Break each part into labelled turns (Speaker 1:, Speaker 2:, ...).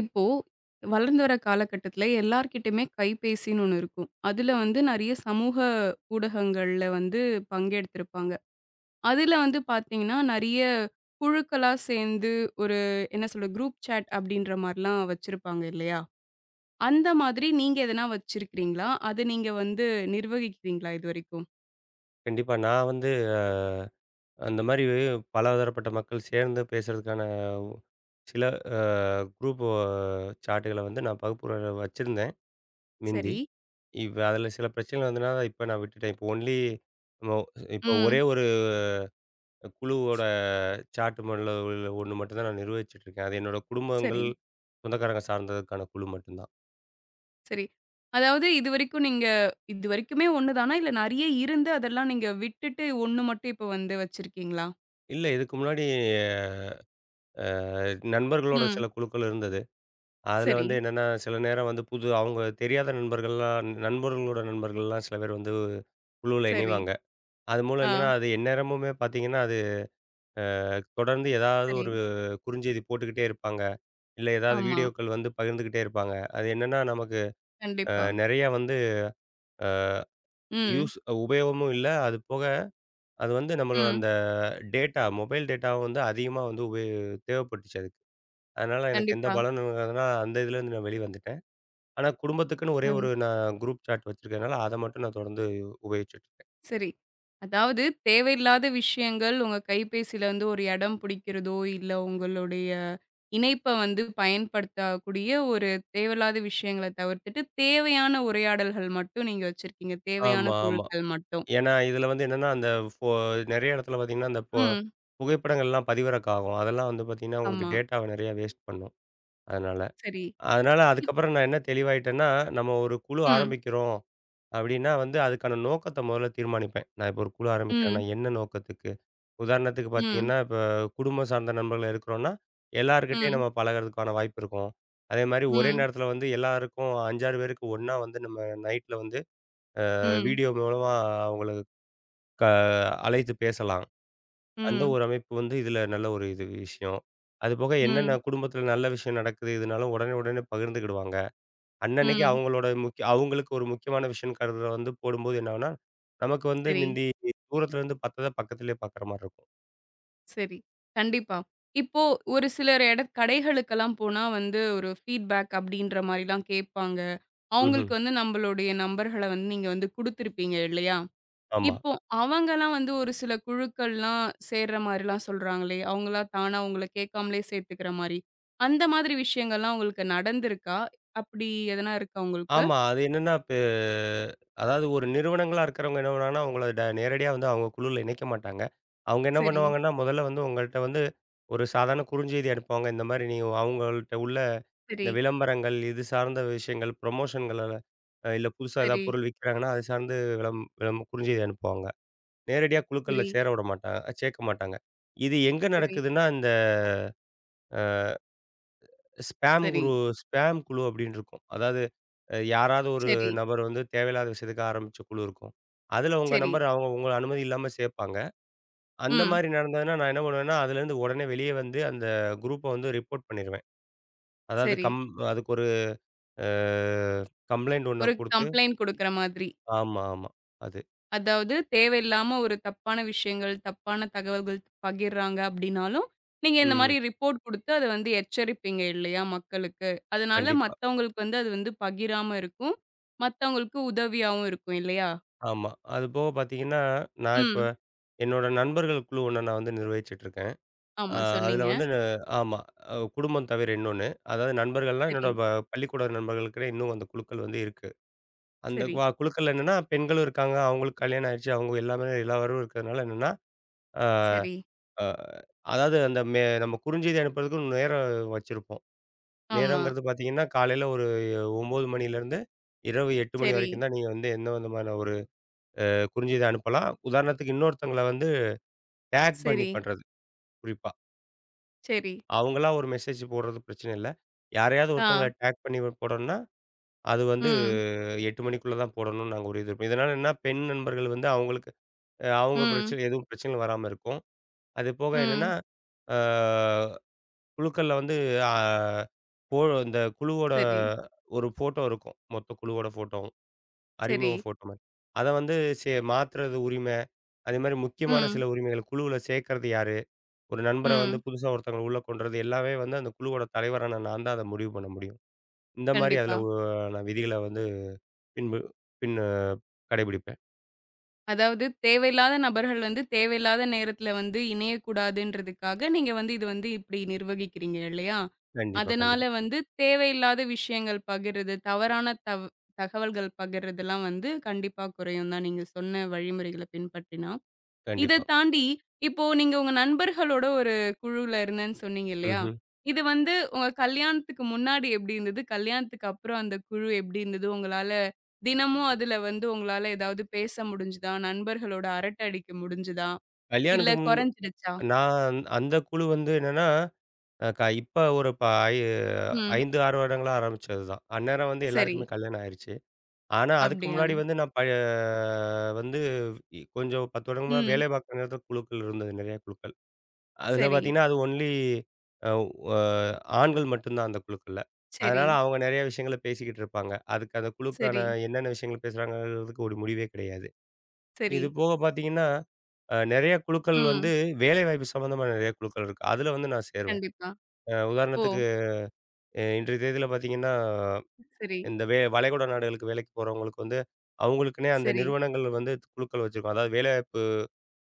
Speaker 1: இப்போ வளர்ந்து வர காலகட்டத்தில எல்லார்கிட்டயுமே கைபேசின்னு ஒண்ணு இருக்கும். அதுல வந்து நெறைய சமூக ஊடகங்கள்ல வந்து பங்கெடுத்திருப்பாங்க. அதுல வந்து பார்த்தீங்கன்னா, நெறைய குழுக்களா சேர்ந்து ஒரு என்ன சொல்றது குரூப் சாட் அப்படின்ற மாரிலாம் வச்சிருப்பாங்க இல்லையா? அந்த மாதிரி நீங்க எதனா வச்சிருக்கிறீங்களா? அத நீங்க வந்து நிர்வகிக்கிறீங்களா இதுவரைக்கும்?
Speaker 2: கண்டிப்பா. நான் வந்து அ அந்த மாரி பலதரப்பட்ட மக்கள் சேர்ந்து பேசுறதுக்கான சில அ குரூப் சாட்டுகள வந்து நான் வகுப்புகள வச்சிருந்தேன் மிந்தி.
Speaker 1: சரி.
Speaker 2: இப்ப அதில சில பிரச்சனைகள் வந்தனால இப்ப நான் விட்டுட்டேன். இப்போ ஒன்லி மோ இப்போ
Speaker 1: ம்.
Speaker 2: ஒரே ஒரு குழுவோட சாட் ஒண்ணு மட்டும் தான் நான் நிர்வகிச்சுட்டு இருக்கேன். அது என்னோட குடும்பங்கள்,
Speaker 1: சரி.
Speaker 2: சொந்தக்காரங்க சார்ந்ததுக்கான குழு மட்டும் தான்.
Speaker 1: சரி. அதாவது இதுவரைக்கும் நீங்க இதுவரைக்குமே 1 தானா? இல்ல நெறைய இருந்து அதெல்லாம் நீங்க விட்டுட்டு 1 மட்டும் இப்ப வந்து வச்சிருக்கீங்களா?
Speaker 2: இல்ல இதுக்கு முன்னாடி அ நண்பர்களோட
Speaker 1: ம்.
Speaker 2: சில குழுக்கள் இருந்தது. அதில
Speaker 1: சரி,
Speaker 2: வந்து என்னன்னா, சில நேரம் வந்து புது அவங்க தெரியாத நண்பர்கள்லாம் நண்பர்களோட நண்பர்கள்லாம் சில பேர் வந்து குழுவுல
Speaker 1: சரி.
Speaker 2: இணைவாங்க. அது மூலம் என்னன்னா,
Speaker 1: ஆ.
Speaker 2: அது எந்நேரமுமே பார்த்தீங்கன்னா, அது தொடர்ந்து ஏதாவது
Speaker 1: சரி.
Speaker 2: ஒரு குறுஞ்செய்தி போட்டுக்கிட்டே இருப்பாங்க. இல்ல ஏதாவது
Speaker 1: ஆமா.
Speaker 2: வீடியோக்கள் வந்து பகிர்ந்துக்கிட்டே இருப்பாங்க. அது என்னன்னா நமக்கு அ
Speaker 1: கண்டிப்பா.
Speaker 2: நெறையா வந்து
Speaker 1: ம்.
Speaker 2: யூஸ் உபயோகமும் இல்ல. அது போக அது வந்து நம்மளோட
Speaker 1: ம்.
Speaker 2: அந்த டேட்டா மொபைல் டேட்டாவும் வந்து அதிகமா வந்து தேவைப்பட்டுச்சு அதுக்கு. அதனால எனக்கு எந்த
Speaker 1: கண்டிப்பா.
Speaker 2: பலனும் இருக்காதுன்னா, அந்த இதுலேருந்து நான் வெளிய வந்துட்டேன். ஆனா, குடும்பத்துக்குன்னு ஒரே
Speaker 1: அன்
Speaker 2: ஒரு நான் குரூப் சாட் வச்சிருக்கிறதுனால, அத மட்டும் நான் தொடர்ந்து உபயோகிச்சுட்டு இருக்கேன்.
Speaker 1: சரி. அதாவது தேவையில்லாத விஷயங்கள் உங்க கைபேசியில வந்து ஒரு இடம் பிடிக்கிறதோ, இல்ல உங்களுடைய இணைப்ப வந்து பயன்படுத்தக்கூடிய ஒரு தேவையில்லாத விஷயங்கள தவிர்த்துட்டு, தேவையான உரையாடல்கள் மட்டும் நீங்க வச்சிருக்கீங்க. தேவையான
Speaker 2: ஆமா, ஆமா.
Speaker 1: குழுக்கள் மட்டும்.
Speaker 2: ஏன்னா, இதுல வந்து என்னன்னா, அந்த ஃபோ நெறைய இடத்துல பார்த்தீங்கன்னா, அந்த
Speaker 1: ம்.
Speaker 2: புகைப்படங்கள்லாம் பதிவிறக்கம் ஆகும். அதெல்லாம் வந்து பார்த்தீங்கன்னா, உங்களுக்கு
Speaker 1: ஆமா.
Speaker 2: டேட்டாவ நெறைய வேஸ்ட் பண்ணும். அதனால.
Speaker 1: சரி.
Speaker 2: அதனால அதுக்கப்புறம் நான் என்ன தெளிவாயிட்டேன்னா, நம்ம ஒரு குழு
Speaker 1: ம்,
Speaker 2: ஆரம்பிக்கிறோம். அப்டின்னா வந்து அதுக்கான நோக்கத்த முதல்ல தீர்மானிப்பேன். நான் இப்போ ஒரு குழு ஆரம்பிக்கிறேன்னா,
Speaker 1: ம்,
Speaker 2: என்ன நோக்கத்துக்கு? உதாரணத்துக்கு
Speaker 1: ம்,
Speaker 2: பார்த்தீங்கன்னா, இப்ப குடும்பம் சார்ந்த நண்பர்கள் இருக்கிறோம்னா, எல்லார்கிட்டயும்
Speaker 1: ம்,
Speaker 2: நம்ம பழகுறதுக்கான வாய்ப்பு இருக்கும். அதேமாரி ஒரே
Speaker 1: ம்,
Speaker 2: நேரத்தில வந்து எல்லாருக்கும் 5, 6 பேருக்கு ஒண்ணா வந்து நம்ம நைட்ல வந்து
Speaker 1: ம்,
Speaker 2: வீடியோ மூலமா அவங்களுக்கு க அழைத்து பேசலாம். அந்த
Speaker 1: ம்,
Speaker 2: ஒரு அமைப்பு வந்து இதில நல்ல ஒரு இது விஷயம். அதுபோக என்னென்ன
Speaker 1: ம்,
Speaker 2: குடும்பத்தில நல்ல விஷயம் நடக்குது இதுனாலும் உடனே, உடனே பகிர்ந்துக்கிடுவாங்க. அன்னன்னைக்கு
Speaker 1: ம்.
Speaker 2: அவங்களோட முக்கிய அவங்களுக்கு ஒரு முக்கியமான விஷயம்ன்னு கருதுற வந்து போடும்போது என்ன ஆகும்னா, நமக்கு வந்து
Speaker 1: சரி,
Speaker 2: மிந்தி தூரத்துல இருந்து பார்த்தத பக்கத்திலேயே பார்க்குற மாரி இருக்கும்.
Speaker 1: சரி. கண்டிப்பா. இப்போ ஒரு சிலர் எட கடைகளுக்கெல்லாம் போனா வந்து ஒரு ஃபீட்பேக் அப்படின்ற மாரிலாம் கேட்பாங்க.
Speaker 2: ம்ஹ்ம்.
Speaker 1: அவங்களுக்கு வந்து நம்மளுடைய நம்பர்கள வந்து நீங்க வந்து குடுத்துருப்பீங்க இல்லையா?
Speaker 2: ஆமா.
Speaker 1: இப்போ அவங்கலாம் வந்து ஒரு சில குழுக்கள்லாம் சேர்ற மாரிலாம் சொல்றாங்களே! அவங்களா தானா உங்கள கேட்காமலே சேர்த்துக்கிற மாரி. அந்த மாதிரி விஷயங்கள்லாம் உங்களுக்கு நடந்திருக்கா? அப்படி எதனா இருக்கா உங்களுக்கு?
Speaker 2: ஆமா. அது என்னன்னா, இப்ப அதாவது ஒரு நிறுவனங்களா இருக்கிறவங்க என்ன பண்ணுவாங்கன்னா, உங்கள நேரடியா வந்து அவங்க குழுல இணைக்க மாட்டாங்க. அவங்க என்ன
Speaker 1: சரி.
Speaker 2: பண்ணுவாங்கன்னா, முதல்ல வந்து உங்கள்ட்ட வந்து ஒரு சாதாரண குறுஞ்செய்தி அனுப்புவாங்க. இந்த மாரி நீங்க அவங்கள்ட்ட உள்ள
Speaker 1: சரி,
Speaker 2: இந்த விளம்பரங்கள், இது சார்ந்த விஷயங்கள், ப்ரொமோஷன்கள இல்ல புதுசா ஏதாவது
Speaker 1: சரி,
Speaker 2: பொருள் விக்கிறாங்கன்னா, அது சார்ந்து விளம் விளம் குறுஞ்செய்தி அனுப்புவாங்க. நேரடியா குழுக்கள்ல
Speaker 1: சரி,
Speaker 2: சேர்க்க மாட்டாங்க. இது எங்க
Speaker 1: சரி,
Speaker 2: நடக்குதுன்னா, இந்த ஸ்பாம்
Speaker 1: சரி,
Speaker 2: குரு ஸ்பாம் குழு அப்படின்னு இருக்கும். அதாவது யாராவது ஒரு
Speaker 1: சரி,
Speaker 2: நபர் வந்து தேவையில்லாத விஷயத்துக்கு ஆரம்பிச்ச குழு இருக்கும். அதில உங்க
Speaker 1: சரி.
Speaker 2: நம்பர் அவங்க உங்க அனுமதி இல்லாம சேர்ப்பாங்க. அந்த
Speaker 1: ம்.
Speaker 2: மாரி நடந்ததுன்னா, நான் என்ன பண்ணுவேன்னா, அதுலேருந்து உடனே வெளியே வந்து அந்த குரூப்ப வந்து ரிப்போர்ட் பண்ணிருவேன். அதாவது
Speaker 1: சரி.
Speaker 2: அதுக்கு ஒரு அ கம்ப்ளைண்ட் ஒண்ண
Speaker 1: ஒரு
Speaker 2: குடுத்து
Speaker 1: கம்ப்ளைண்ட் குடுக்குற மாதிரி.
Speaker 2: ஆமா, ஆமா. அது.
Speaker 1: அதாவது தேவையில்லாம ஒரு தப்பான விஷயங்கள், தப்பான தகவல்கள் பகிர்றாங்க அப்டின்னாலும், நீங்க இந்த
Speaker 2: ம்.
Speaker 1: மாரி ரிப்போர்ட் குடுத்து அத வந்து எச்சரிப்பீங்க இல்லையா மக்களுக்கு. அதனால
Speaker 2: கண்டிப்பா.
Speaker 1: மத்தவங்களுக்கு வந்து அது வந்து பகிராம இருக்கும். மத்தவங்களுக்கு உதவியாவும் இருக்கும் இல்லையா?
Speaker 2: ஆமா. அது போக பார்த்தீங்கன்னா, நான் இப்ப
Speaker 1: ம்.
Speaker 2: என்னோட நண்பர்கள் குழு ஒண்ண நான் வந்து நிர்வகிச்சுட்டு இருக்கேன். ஆ
Speaker 1: ஆமா
Speaker 2: அதில
Speaker 1: சொன்னீங்க.
Speaker 2: வந்து ஆமா. குடும்பம் தவிர இன்னொன்னு. அதாவது நண்பர்கள்லாம்
Speaker 1: சரி,
Speaker 2: என்னோட பள்ளிக்கூட நண்பர்களுக்குன்னு இன்னும் அந்த குழுக்கள் வந்து இருக்கு. அந்த
Speaker 1: சரி,
Speaker 2: குழுக்கள்ல என்னன்னா, பெண்களும் இருக்காங்க. அவங்களுக்கு கல்யாணம் ஆயிருச்சு. அவங்க எல்லாமே எல்லாரும் இருக்கிறதுனால என்னன்னா, ஆ
Speaker 1: சரி.
Speaker 2: அ அதாவது அந்த நம்ம குறுஞ்செய்தி அனுப்புறதுக்கு நேரம் வச்சிருப்போம்.
Speaker 1: ஆமா.
Speaker 2: நேரங்கிறது பார்த்தீங்கன்னா, காலையில ஒரு 9 மணிலேருந்து இரவு 8 மணி
Speaker 1: சரி,
Speaker 2: வரைக்கும் தான் நீங்க வந்து எந்த விதமான ஒரு குறுஞ்செய்தி அனுப்பலாம். உதாரணத்துக்கு இன்னொருத்தவங்கள வந்து டேக் பண்ணி
Speaker 1: சரி,
Speaker 2: பண்றது குறிப்பா.
Speaker 1: சரி.
Speaker 2: அவங்களா ஒரு மெசேஜ் போடுறது பிரச்சனை இல்ல. யாரையாவது ஒருத்தங்கள
Speaker 1: ஆ.
Speaker 2: டேக் பண்ணி போடணும்னா, அது வந்து
Speaker 1: ம்,
Speaker 2: 8 மணிக்குள்ள தான் போடணும்னு நாங்க ஒரு இது இருப்போம். இதனால என்னன்னா, பெண் நண்பர்கள் வந்து அவங்களுக்கு அவங்க
Speaker 1: ம்,
Speaker 2: பிரச்சனை எதுவும் பிரச்சனைகள் வராம இருக்கும். அது போக என்னன்னா,
Speaker 1: ம்.
Speaker 2: ஆ குழுக்கள்ல வந்து ஆ போ இந்த குழுவோட
Speaker 1: சரி,
Speaker 2: ஒரு ஃபோட்டோ இருக்கும். மொத்த குழுவோட ஃபோட்டோவும்.
Speaker 1: சரி.
Speaker 2: அறிமுக ஃபோட்டோ மாரி. அத வந்து மாத்துறது உரிமை. அதேமாரி முக்கியமான
Speaker 1: ம்,
Speaker 2: சில உரிமைகள் குழுவுல சேர்க்கறது யாரு? ஒரு நண்பர வந்து
Speaker 1: ம்.
Speaker 2: புதுசா ஒருத்தவங்கள உள்ள கொண்டு வரது எல்லாமே வந்து அந்த குழுவோட தலைவரான நான் தான் அத முடிவு பண்ண முடியும். இந்த மாரி அதில
Speaker 1: கண்டிப்பா.
Speaker 2: நான் விதிகள வந்து பின்பு பின் கடைபிடிப்பேன்.
Speaker 1: அதாவது தேவையில்லாத நபர்கள் வந்து தேவையில்லாத நேரத்துல வந்து இணையக்கூடாதுன்றதுக்காக, நீங்க வந்து இது வந்து இப்டி நிர்வகிக்கிறீங்க இல்லையா?
Speaker 2: கண்டிப்பா,
Speaker 1: அதனால
Speaker 2: கண்டிப்பா,
Speaker 1: வந்து தேவையில்லாத விஷயங்கள் பகிர்றது, தவறான தவ் தகவல்கள் பகிர்றதெல்லாம் வந்து கண்டிப்பா குறையும் தான் நீங்க சொன்ன வழிமுறைகள பின்பற்றினா. இத
Speaker 2: கண்டிப்பா.
Speaker 1: தாண்டி, இப்போ நீங்க உங்க நண்பர்களோட ஒரு குழுல இருந்தேன்னு சொன்னீங்க இல்லையா?
Speaker 2: ம்ஹ்ம்.
Speaker 1: இது வந்து உங்க கல்யாணத்துக்கு முன்னாடி எப்படி இருந்தது? கல்யாணத்துக்கு அப்புறம் அந்த குழு எப்படி இருந்தது? உங்களால தினமும் அதுல வந்து உங்களால ஏதாவது பேச முடிஞ்சுதா? நண்பர்களோட அரட்டை அடிக்க முடிஞ்சுதா? இல்ல
Speaker 2: கல்யாணத்துக்கு முன்
Speaker 1: குறைஞ்சிடுச்சா?
Speaker 2: நான் அந்த குழு வந்து என்னன்னா, அ க இப்ப ஒரு ஐ
Speaker 1: ம்.
Speaker 2: 5, 6 வருடங்களா ஆரம்பிச்சது தான். அந்நேரம் வந்து
Speaker 1: சரி.
Speaker 2: எல்லாருக்குமே கல்யாணம் ஆயிருச்சு. ஆனா அதுக்கு
Speaker 1: அப்படியா?
Speaker 2: முன்னாடி வந்து நான் வந்து கொஞ்சம் 10 வருடங்களா
Speaker 1: ம்.
Speaker 2: வேலை பார்க்குற நேரத்தில குழுக்கள் இருந்தது, நெறைய குழுக்கள். அதில
Speaker 1: சரி,
Speaker 2: பார்த்தீங்கன்னா, அது ஒன்லி அ ஒ ஆண்கள் மட்டும் தான் அந்த குழுக்கள்ல.
Speaker 1: சரி,
Speaker 2: அதனால அவங்க நெறைய விஷயங்கள பேசிக்கிட்டு இருப்பாங்க. அதுக்கு அந்த குழுக்கான
Speaker 1: சரி,
Speaker 2: என்னென்ன விஷயங்கள் பேசுறாங்கங்கிறதுக்கு ஒரு முடிவே கிடையாது.
Speaker 1: சரி.
Speaker 2: இது போக பார்த்தீங்கன்னா, நெறைய குழுக்கள் வந்து
Speaker 1: ம்.
Speaker 2: வேலைவாய்ப்பு சம்மந்தமா நெறைய குழுக்கள் இருக்கு. அதில வந்து நான் சேருவேன்.
Speaker 1: கண்டிப்பா. ஓ!
Speaker 2: உதாரணத்துக்கு இன்றைய தேதியில பார்த்தீங்கன்னா,
Speaker 1: சரி,
Speaker 2: இந்த வளைகுடா நாடுகளுக்கு வேலைக்கு போறவங்களுக்கு வந்து, அவங்களுக்குன்னே அந்த
Speaker 1: சரி.
Speaker 2: நிறுவனங்கள் வந்து குழுக்கள் வச்சிருக்கும். அதாவது வேலைவாய்ப்பு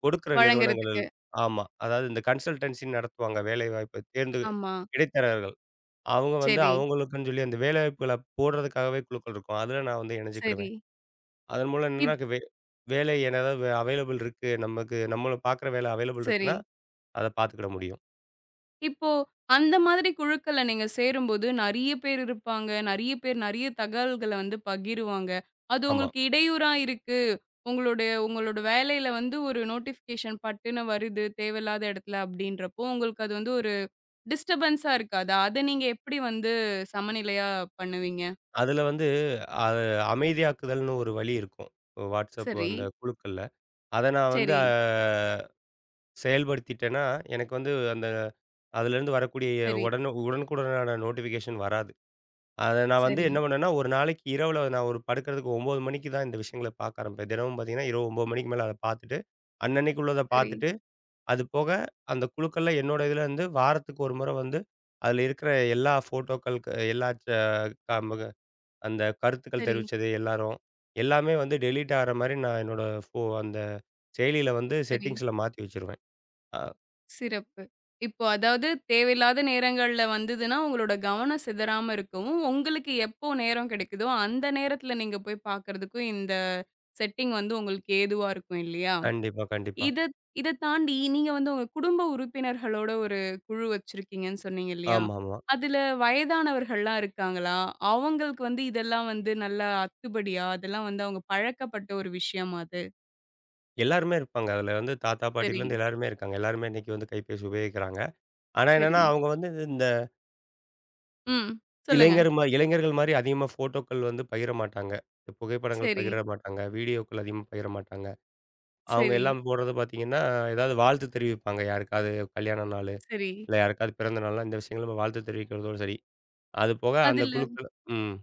Speaker 2: கொடுக்கிற நிறுவனங்கள்
Speaker 1: வழங்குறதுக்கு.
Speaker 2: ஆமா. அதாவது இந்த கன்சல்டன்சி நடத்துவாங்க வேலைவாய்ப்ப தேர்ந்து
Speaker 1: ஆமா.
Speaker 2: இடைத்தரகர்கள். அவங்க வந்து
Speaker 1: சரி,
Speaker 2: அவங்களுக்குன்னு சொல்லி அந்த வேலைவாய்ப்புகள போடுறதுக்காகவே குழுக்கள் இருக்கும். அதில நான் வந்து
Speaker 1: சரி.
Speaker 2: இணைஞ்சுக்கிடுவேன். அதன் மூலம் என்னன்னா
Speaker 1: இத்
Speaker 2: வேலை என்ன ஏதாவது அவைலபிள் இருக்கு. நமக்கு நம்மள பார்க்குற வேலை அவைலபிள்
Speaker 1: சரி.
Speaker 2: இருக்குன்னா, அத பார்த்துக்கிட முடியும்.
Speaker 1: இப்போ அந்த மாதிரி குழுக்கள்ல நீங்க சேரும்போது நெறைய பேர் இருப்பாங்க. நெறைய பேர் நெறைய தகவல்கள வந்து பகிருவாங்க. அது
Speaker 2: ஆமா.
Speaker 1: உங்களுக்கு இடையூறா இருக்கு. உங்களுடைய உங்களோட வேலையில வந்து ஒரு நோட்டிஃபிகேஷன் பட்டுன்னு வருது தேவையில்லாத இடத்துல அப்டின்றப்போ, உங்களுக்கு அது வந்து ஒரு டிஸ்டர்பன்ஸா இருக்காதா? அத நீங்க எப்படி வந்து சமநிலையா பண்ணுவீங்க?
Speaker 2: அதில வந்து அது அமைதியாக்குதல்னு ஒரு வழி இருக்கும். WhatsApp
Speaker 1: சரி,
Speaker 2: அந்த குழுக்கள்ல. அத நான் வந்து
Speaker 1: சரி,
Speaker 2: செயல்படுத்திட்டேன்னா, எனக்கு வந்து அந்த அதிலேருந்து வரக்கூடிய
Speaker 1: சரி,
Speaker 2: உடனே உடனுக்குடனான நோட்டிஃபிகேஷன் வராது. அத நான் வந்து
Speaker 1: சரி,
Speaker 2: என்ன பண்ணேன்னா, ஒரு நாளைக்கு இரவுல நான் ஒரு படுக்கிறதுக்கு 9 மணிக்கு தான் இந்த விஷயங்கள பார்க்க ஆரம்பிப்பேன். தினமும் பார்த்தீங்கன்னா, இரவு 9 மணிக்கு மேல அத பார்த்துட்டு, அன்னன்னைக்கு உள்ளத
Speaker 1: சரி,
Speaker 2: பார்த்துட்டு, அது போக அந்த குழுக்கள்ல என்னோட இதுல இருந்து வாரத்துக்கு ஒரு முறை வந்து, அதுல இருக்கிற எல்லா ஃபோட்டோக்களுக்கு எல்லா ச காமக அந்த கருத்துக்கள்
Speaker 1: சரி, சரி,
Speaker 2: தெரிவிச்சது எல்லாரும், எல்லாமே வந்து டெலீட் ஆகுற மாரி நான் என்னோட அந்த செயலியில வந்து
Speaker 1: சரி.
Speaker 2: செட்டிங்ஸ்ல மாத்தி வச்சுருவேன். அ
Speaker 1: சிறப்பு. இப்போ அதாவது தேவையில்லாத நேரங்கள்ல வந்ததுன்னா, உங்களோட கவனம் சிதறாம இருக்கவும், உங்களுக்கு எப்போ நேரம் கிடைக்குதோ, அந்த நேரத்துல நீங்க போய் பார்க்கறதுக்கும் இந்த செட்டிங் வந்து உங்களுக்கு ஏதுவா இருக்கும் இல்லையா?
Speaker 2: கண்டிப்பா, கண்டிப்பா.
Speaker 1: இத இத தாண்டி நீங்க வந்து உங்க குடும்ப உறுப்பினர்களோட ஒரு குழு வச்சிருக்கீங்கன்னு சொன்னீங்க இல்லையா?
Speaker 2: ஆமாமா.
Speaker 1: அதுல வயதானவர்கள்லாம் இருக்காங்களா? அவங்களுக்கு வந்து இதெல்லாம் வந்து நல்லா அத்துபடியா? அதெல்லாம் வந்து அவங்க பழக்கப்பட்ட ஒரு விஷயமா அது?
Speaker 2: எல்லாருமே இருப்பாங்க. அதுல வந்து தாத்தா,
Speaker 1: சரி,
Speaker 2: பாட்டியிலருந்து எல்லாருமே இருக்காங்க. எல்லாருமே இன்னைக்கு வந்து கைபேசி உபயோகிக்கிறாங்க. ஆனா என்னன்னா,
Speaker 1: சரி.
Speaker 2: அவங்க வந்து இந்த
Speaker 1: ம். சொல்லுங்க.
Speaker 2: இளைஞர்கள் மாரி அதிகமா ஃபோட்டோக்கள் வந்து பகிர மாட்டாங்க. இந்த புகைப்படங்கள்
Speaker 1: சரி,
Speaker 2: பகிர மாட்டாங்க. வீடியோக்கள் அதிகமா பகிர மாட்டாங்க. அவங்க
Speaker 1: சரி,
Speaker 2: எல்லாம் போடுறது பார்த்தீங்கன்னா, ஏதாவது வாழ்த்து தெரிவிப்பாங்க. யாருக்காவது கல்யாண நாளு,
Speaker 1: சரி.
Speaker 2: இல்ல யாருக்காவது பிறந்த நாள்னா, இந்த விஷயங்கள வாழ்த்து தெரிவிக்கிறதோட சரி. அது போக அந்த
Speaker 1: அதுல
Speaker 2: குழுக்கள் ம்.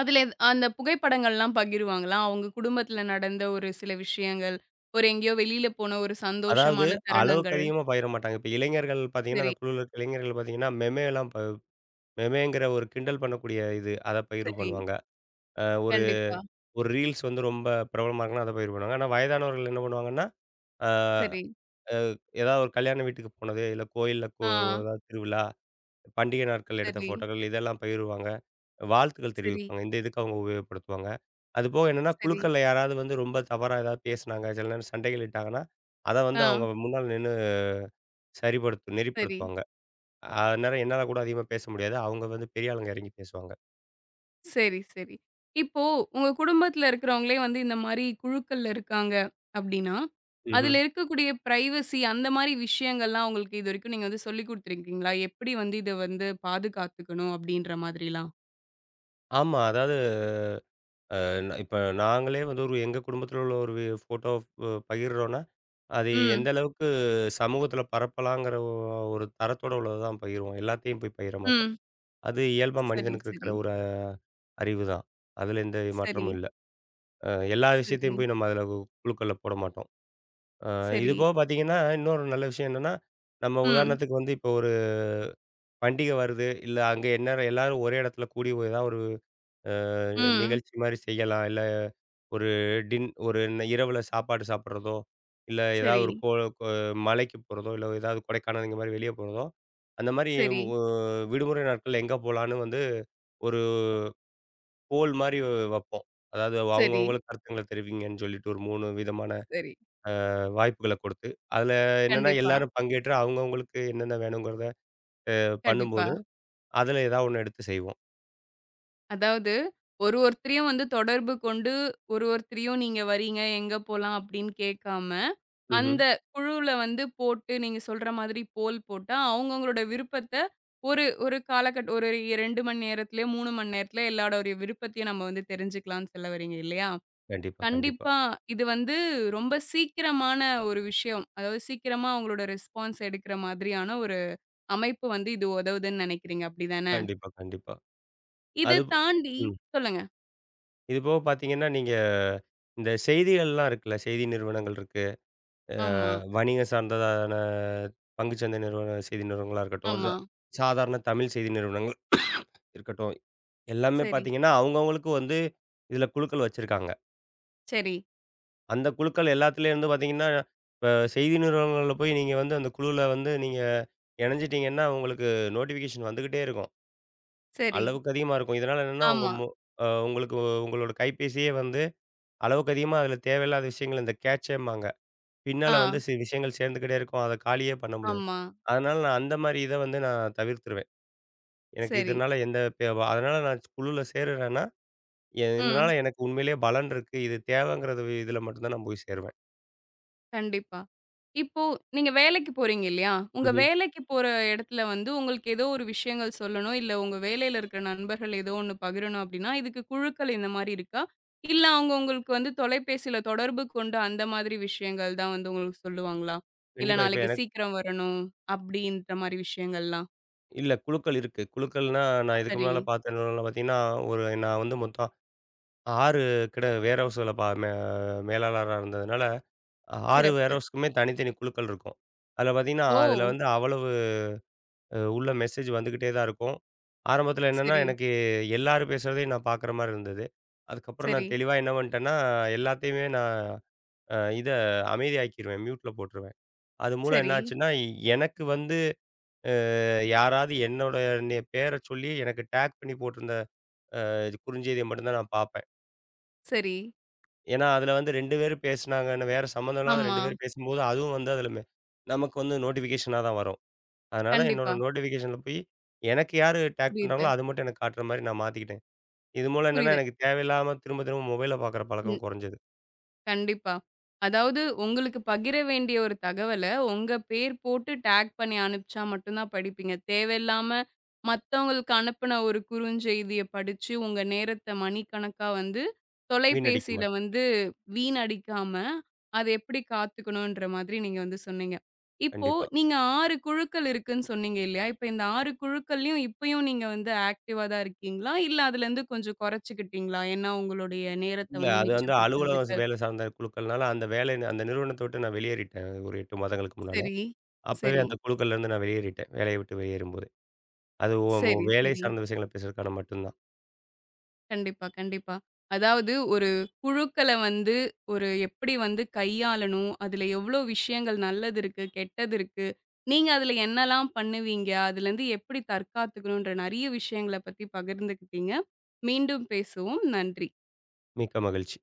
Speaker 1: அதுல எது அந்த புகைப்படங்கள்லாம் பகிருவாங்களா? அவங்க குடும்பத்துல நடந்த ஒரு சில விஷயங்கள், ஒரு எங்கேயோ வெளியில போன ஒரு
Speaker 2: அதாவது
Speaker 1: சந்தோஷமான
Speaker 2: அளவுக்கு
Speaker 1: தருணங்கள்.
Speaker 2: அதிகமா பகிர மாட்டாங்க. இப்ப இளைஞர்கள் பார்த்தீங்கன்னா,
Speaker 1: சரி,
Speaker 2: அந்த குழுல இருக்க இளைஞர்கள் பார்த்தீங்கன்னா, மெமேலாம் ப மெமேங்கிற ஒரு கிண்டல் பண்ணக்கூடிய இது. அத பகிர்வு
Speaker 1: சரி.
Speaker 2: பண்ணுவாங்க. ஒரு
Speaker 1: கண்டிப்பா.
Speaker 2: ஒரு ரீல்ஸ் வந்து ரொம்ப பிரபலமா இருக்குன்னா, அத பகிர்வு பண்ணுவாங்க. ஆனா வயதானவர்கள் என்ன பண்ணுவாங்கன்னா ஆ
Speaker 1: சரி.
Speaker 2: ஏதாவது ஒரு கல்யாண வீட்டுக்கு போனது, இல்ல கோயில்ல
Speaker 1: ஆ.
Speaker 2: ஏதாவது திருவிழா, பண்டிகை நாட்கள் எடுத்த
Speaker 1: சரி,
Speaker 2: ஃபோட்டோக்கள் இதெல்லாம் பகிர்வாங்க. வாழ்த்துக்கள்
Speaker 1: சரி,
Speaker 2: தெரிவிப்பாங்க. இந்த இதுக்கு அவங்க உபயோகப்படுத்துவாங்க. அதுபோக என்னன்னா,
Speaker 1: சரி.
Speaker 2: குழுக்கள்ல யாராவது வந்து ரொம்ப தவறா ஏதாவது பேசினாங்க, சில நேரம் சண்டைகள் இட்டாங்கன்னா, அத வந்து
Speaker 1: ஆ.
Speaker 2: அவங்க முன்னால நின்னு
Speaker 1: சரி,
Speaker 2: நெறிப்படுத்துவாங்க. அந்நேரம் என்னால கூட அதிகமா பேச முடியாது. அவங்க வந்து பெரிய ஆளுங்க இறங்கி பேசுவாங்க.
Speaker 1: சரி, சரி. இப்போ உங்க குடும்பத்துல இருக்கிறவங்களே வந்து இந்த மாரி குழுக்கள்ல இருக்காங்க அப்டின்னா,
Speaker 2: ம்ஹ்ம்.
Speaker 1: அதுல இருக்கக்கூடிய பிரைவசி அந்த மாரி விஷயங்கள்லாம் உங்களுக்கு இதுவரைக்கும் நீங்க வந்து சொல்லிக் குடுத்துருக்கீங்களா? எப்படி வந்து இத வந்து பாதுகாத்துக்கணும் அப்டின்ற மாதிரிலாம்?
Speaker 2: ஆமா. அதாவது இப்ப நாங்களே வந்து ஒரு எங்க குடும்பத்தில உள்ள ஒரு ஃபோட்டோ பகிர்றோம்னா அது
Speaker 1: ம்.
Speaker 2: எந்த அளவுக்கு சமூகத்தில பரப்பலாங்கிற ஒரு தரத்தோட உள்ளது தான் பகிர்வோம். எல்லாத்தையும் போய் பகிர மாட்டோம்.
Speaker 1: ம்.
Speaker 2: அது இயல்பா
Speaker 1: சரி,
Speaker 2: மனிதனுக்கு
Speaker 1: சரி,
Speaker 2: இருக்கிற ஒரு அறிவு தான். அதில எந்த
Speaker 1: சரி,
Speaker 2: மாற்றமும் இல்ல. அ எல்லா
Speaker 1: சரி,
Speaker 2: விஷயத்தையும் போய் நம்ம அதில குழுக்கள்ல போட மாட்டோம். அ இது
Speaker 1: சரி.
Speaker 2: போக பார்த்தீங்கன்னா, இன்னொரு நல்ல விஷயம் என்னன்னா, நம்ம
Speaker 1: ம்,
Speaker 2: உதாரணத்துக்கு வந்து இப்போ ஒரு பண்டிகை வருது. இல்ல அங்க என்ன எல்லாரும் ஒரே இடத்துல கூடி ஏதாவது ஒரு அ
Speaker 1: ம்.
Speaker 2: நிகழ்ச்சி மாரி செய்யலாம். இல்ல ஒரு ஒரு ந இரவுல சாப்பாடு சாப்பிடுறதோ, இல்ல ஏதாவது
Speaker 1: சரி,
Speaker 2: ஒரு கோ கோ மலைக்கு போறதோ, இல்ல ஏதாவது கொடைக்கானல் இந்த மாரி வெளிய போறதோ, அந்த மாரி
Speaker 1: சரி,
Speaker 2: ஒ விடுமுறை நாட்கள்ல எங்க போலான்னு வந்து ஒரு போல் மாரி வப்போம். அதாவது
Speaker 1: சரி,
Speaker 2: அவங்கவங்களுக்கு கருத்துங்கள தெரிவிங்கன்னு சொல்லிட்டு ஒரு 3 விதமான
Speaker 1: சரி.
Speaker 2: வாய்ப்புகள கொடுத்து, அதுல என்னன்னா
Speaker 1: கண்டிப்பா,
Speaker 2: எல்லாரும் பங்கேற்று அவங்கவங்களுக்கு என்னென்ன வேணுங்கிறத
Speaker 1: கண்டிப்பா.
Speaker 2: பண்ணும்போது, அதுல ஏதாவது ஒண்ணு எடுத்து செய்வோம்.
Speaker 1: அதாவது ஒருத்தரையும் வந்து தொடர்பு கொண்டு, ஒருத்தரையும் நீங்க வரீங்க, எங்க போலாம் அப்படின்னு கேட்காம,
Speaker 2: ம்ஹ்ம்.
Speaker 1: அந்த குழுவுல வந்து போட்டு நீங்க சொல்ற மாதிரி போல் போட்டா, அவங்கவங்களோட விருப்பத்த ஒரு ஒரு காலகட் ஒரு 2 மணி நேரத்திலயோ, 3 மணி நேரத்திலயோ எல்லாரோடைய விருப்பத்தையும் நம்ம வந்து தெரிஞ்சுக்கலாம்னு சொல்ல வரீங்க இல்லையா?
Speaker 2: கண்டிப்பா, கண்டிப்பா.
Speaker 1: கண்டிப்பா. இது வந்து ரொம்ப சீக்கிரமான ஒரு விஷயம். அதாவது சீக்கிரமா அவங்களோட ரெஸ்பான்ஸ் எடுக்கிற மாதிரியான ஒரு அமைப்பு வந்து இது உதவுதுன்னு நினைக்கிறீங்க. அப்படிதானே?
Speaker 2: கண்டிப்பா, கண்டிப்பா.
Speaker 1: இத
Speaker 2: அது
Speaker 1: தாண்டி சொல்லுங்க.
Speaker 2: இது போக பார்த்தீங்கன்னா, நீங்க இந்த செய்திகள்லாம் இருக்குல்ல, செய்தி நிறுவனங்கள் இருக்கு. அ
Speaker 1: ஆமா,
Speaker 2: வணிகம் சார்ந்ததான பங்குச்சந்தை நிறுவன செய்தி நிறுவனங்களா இருக்கட்டும்,
Speaker 1: ஆமா.
Speaker 2: சாதாரண தமிழ் செய்தி நிறுவனங்கள் இருக்கட்டும். எல்லாமே
Speaker 1: சரி,
Speaker 2: பார்த்தீங்கன்னா, அவங்கவங்களுக்கு வந்து இதில குழுக்கள் வச்சிருக்காங்க.
Speaker 1: சரி,
Speaker 2: அந்த குழுக்கள் எல்லாத்துலேருந்து பார்த்தீங்கன்னா, இப்ப செய்தி நிறுவனங்கள்ல போய் நீங்க வந்து அந்த குழுவுல வந்து நீங்க இணைஞ்சிட்டீங்கன்னா, உங்களுக்கு நோட்டிஃபிகேஷன் வந்துகிட்டே இருக்கும்.
Speaker 1: சரி.
Speaker 2: அளவுக்கு அதிகமா இருக்கும். இதனால என்னன்னா, உங்க
Speaker 1: ஆமா.
Speaker 2: மொ உங்களுக்கு உங்களோட கைபேசியே வந்து அளவுக்கு அதிகமா அதில தேவையில்லாத விஷயங்கள் இந்த கேட்சேம்பாங்க. பின்னால வந்து
Speaker 1: ஆ,
Speaker 2: சில விஷயங்கள் சேர்ந்துக்கிட்டே இருக்கும். அத காலியே பண்ண முடியாது.
Speaker 1: ஆமா.
Speaker 2: அதனால நான் அந்த மாரி இத வந்து நான் தவிர்த்துருவேன். எனக்கு
Speaker 1: சரி.
Speaker 2: இதனால அதனால நான் குழுல சேருறேன்னா, இதனால
Speaker 1: ம்.
Speaker 2: எனக்கு உண்மையிலேயே பலன் இருக்கு. இது தேவைங்கிறது இதுல மட்டும் தான் நான் போய் சேருவேன்.
Speaker 1: கண்டிப்பா. இப்போ நீங்க வேலைக்கு போறீங்க இல்லையா? உங்க
Speaker 2: ம்ஹ்ம்.
Speaker 1: வேலைக்கு போற இடத்துல வந்து உங்களுக்கு ஏதோ ஒரு விஷயங்கள் சொல்லணும், இல்ல உங்க வேலையில இருக்கிற நண்பர்கள் ஏதோ ஒண்ணு பகிரணும் அப்படின்னா, இதுக்கு குழுக்கள் இந்த மாரி இருக்கா? இல்ல அவங்க உங்களுக்கு வந்து தொலைபேசியில தொடர்பு கொண்டு அந்த மாதிரி விஷயங்கள் தான் வந்து உங்களுக்கு சொல்லுவாங்களா? இல்ல
Speaker 2: கண்டிப்பா இப்ப
Speaker 1: நாளைக்கு
Speaker 2: எனக்கு
Speaker 1: சீக்கிரம் வரணும் அப்படின்ற மாரி விஷயங்கள்லாம்?
Speaker 2: இல்ல குழுக்கள் இருக்கு. குழுக்கள்னா நான் இதுக்கு
Speaker 1: சரி,
Speaker 2: முன்னால பார்த்த நிறுவனங்கள்ல பார்த்தீங்கன்னா, ஒரு நான் வந்து மொத்தம் 6 வேர் ஹவுஸ்ல பா மே மேலாளரா இருந்ததுனால, 6 வேர்
Speaker 1: சிறப்பு.
Speaker 2: ஹவுஸ்க்குமே தனித்தனி குழுக்கள் இருக்கும். அதுல பார்த்தீங்கன்னா,
Speaker 1: ஓ!
Speaker 2: அதுல வந்து அவ்வளவு உள்ள மெசேஜ் வந்துக்கிட்டே தான் இருக்கும். ஆரம்பத்தில என்னன்னா,
Speaker 1: சரி,
Speaker 2: எனக்கு எல்லாரும் பேசுறதையும் நான் பார்க்குற மாரி இருந்தது. அதுக்கப்புறம்
Speaker 1: சரி,
Speaker 2: நான் தெளிவா என்ன பண்ணிட்டேன்னா, எல்லாத்தையுமே நான் இத அமைதியாக்கிருவேன். மியூட்ல போட்டுருவேன். அது மூலம்
Speaker 1: சரி,
Speaker 2: என்ன ஆச்சுன்னா, எனக்கு வந்து அ யாராவது என்னோட பேர சொல்லி எனக்கு டேக் பண்ணி போட்டிருந்த அ குறுஞ்செய்திய மட்டும் தான் நான் பார்ப்பேன்.
Speaker 1: சரி.
Speaker 2: ஏன்னா, அதில வந்து 2 பேரும் பேசினாங்கன்னு வேற சம்மந்தம் இல்லாத
Speaker 1: ஆமா.
Speaker 2: 2 பேரும் பேசும்போது, அதுவும் வந்து அதில நமக்கு வந்து நோட்டிஃபிகேஷனா தான் வரும். அதனால என்னோட
Speaker 1: கண்டிப்பா.
Speaker 2: நோட்டிஃபிகேஷன்ல போய் எனக்கு யாரு டேக்
Speaker 1: புரியுது,
Speaker 2: பண்றாங்களோ அது மட்டும் எனக்கு காட்டுற மாரி நான் மாத்திக்கிட்டேன். இது மூலம் என்னன்னா
Speaker 1: புரியுது.
Speaker 2: எனக்கு தேவையில்லாம திரும்ப திரும்ப மொபைல பார்க்குற பழக்கம் குறைஞ்சது.
Speaker 1: கண்டிப்பா. அதாவது உங்களுக்கு பகிர வேண்டிய ஒரு தகவல, உங்க பேர் போட்டு டேக் பண்ணி அனுப்பிச்சா மட்டும் தான் படிப்பீங்க. தேவையில்லாம மத்தவங்களுக்கு அனுப்புன ஒரு குறுஞ்செய்திய படிச்சு, உங்க நேரத்த மணிக்கணக்கா வந்து
Speaker 2: வீணடிக்க
Speaker 1: தொலைபேசியில
Speaker 2: மாட்டோம்.
Speaker 1: வந்து வீணடிக்காம, அத எப்படி காத்துக்கணுன்ற மாதிரி நீங்க வந்து சொன்னீங்க. இப்போ
Speaker 2: கண்டிப்பா.
Speaker 1: நீங்க 6 குழுக்கள் இருக்குன்னு சொன்னீங்க இல்லையா? இப்ப இந்த 6 குழுக்கள்லயும் இப்பயும் நீங்க வந்து ஆக்டிவா தான் இருக்கீங்களா? இல்ல அதுலருந்து கொஞ்சம் குறைச்சுக்கிட்டீங்களா? ஏன்னா உங்களுடைய நேரத்த
Speaker 2: இல்ல
Speaker 1: வந்து
Speaker 2: அது வந்து அலுவலகம் ஸ்
Speaker 1: மிச்சப்படுத்துறதுக்கு.
Speaker 2: வேலை சார்ந்த குழுக்கள்னால அந்த வேலை அந்த நிறுவனத்த விட்டு நான் வெளியேறிட்டேன். ஒரு 8 மாதங்களுக்கு முன்னால.
Speaker 1: சரி,
Speaker 2: அப்பவே
Speaker 1: சரி,
Speaker 2: அந்த குழுக்கள்ல இருந்து நான் வெளியேறிட்டேன். வேலைய விட்டு வெளியேறும்போதே. அது
Speaker 1: சரி,
Speaker 2: வேலை
Speaker 1: சரி.
Speaker 2: சார்ந்த விஷயங்கள பேசுறதுக்கான மட்டும் தான்.
Speaker 1: கண்டிப்பா, கண்டிப்பா. அதாவது ஒரு குழுக்கள வந்து ஒரு எப்படி வந்து கையாளணும், அதுல எவ்ளோ விஷயங்கள் நல்லது இருக்கு, கெட்டது இருக்கு, நீங்க அதுல என்னலாம் பண்ணுவீங்க, அதுலேருந்து எப்படி தற்காத்துக்கணுன்ற நெறைய விஷயங்கள பத்தி பகிர்ந்துக்கிட்டீங்க. மீண்டும் பேசுவோம். நன்றி.
Speaker 2: மிக்க மகிழ்ச்சி.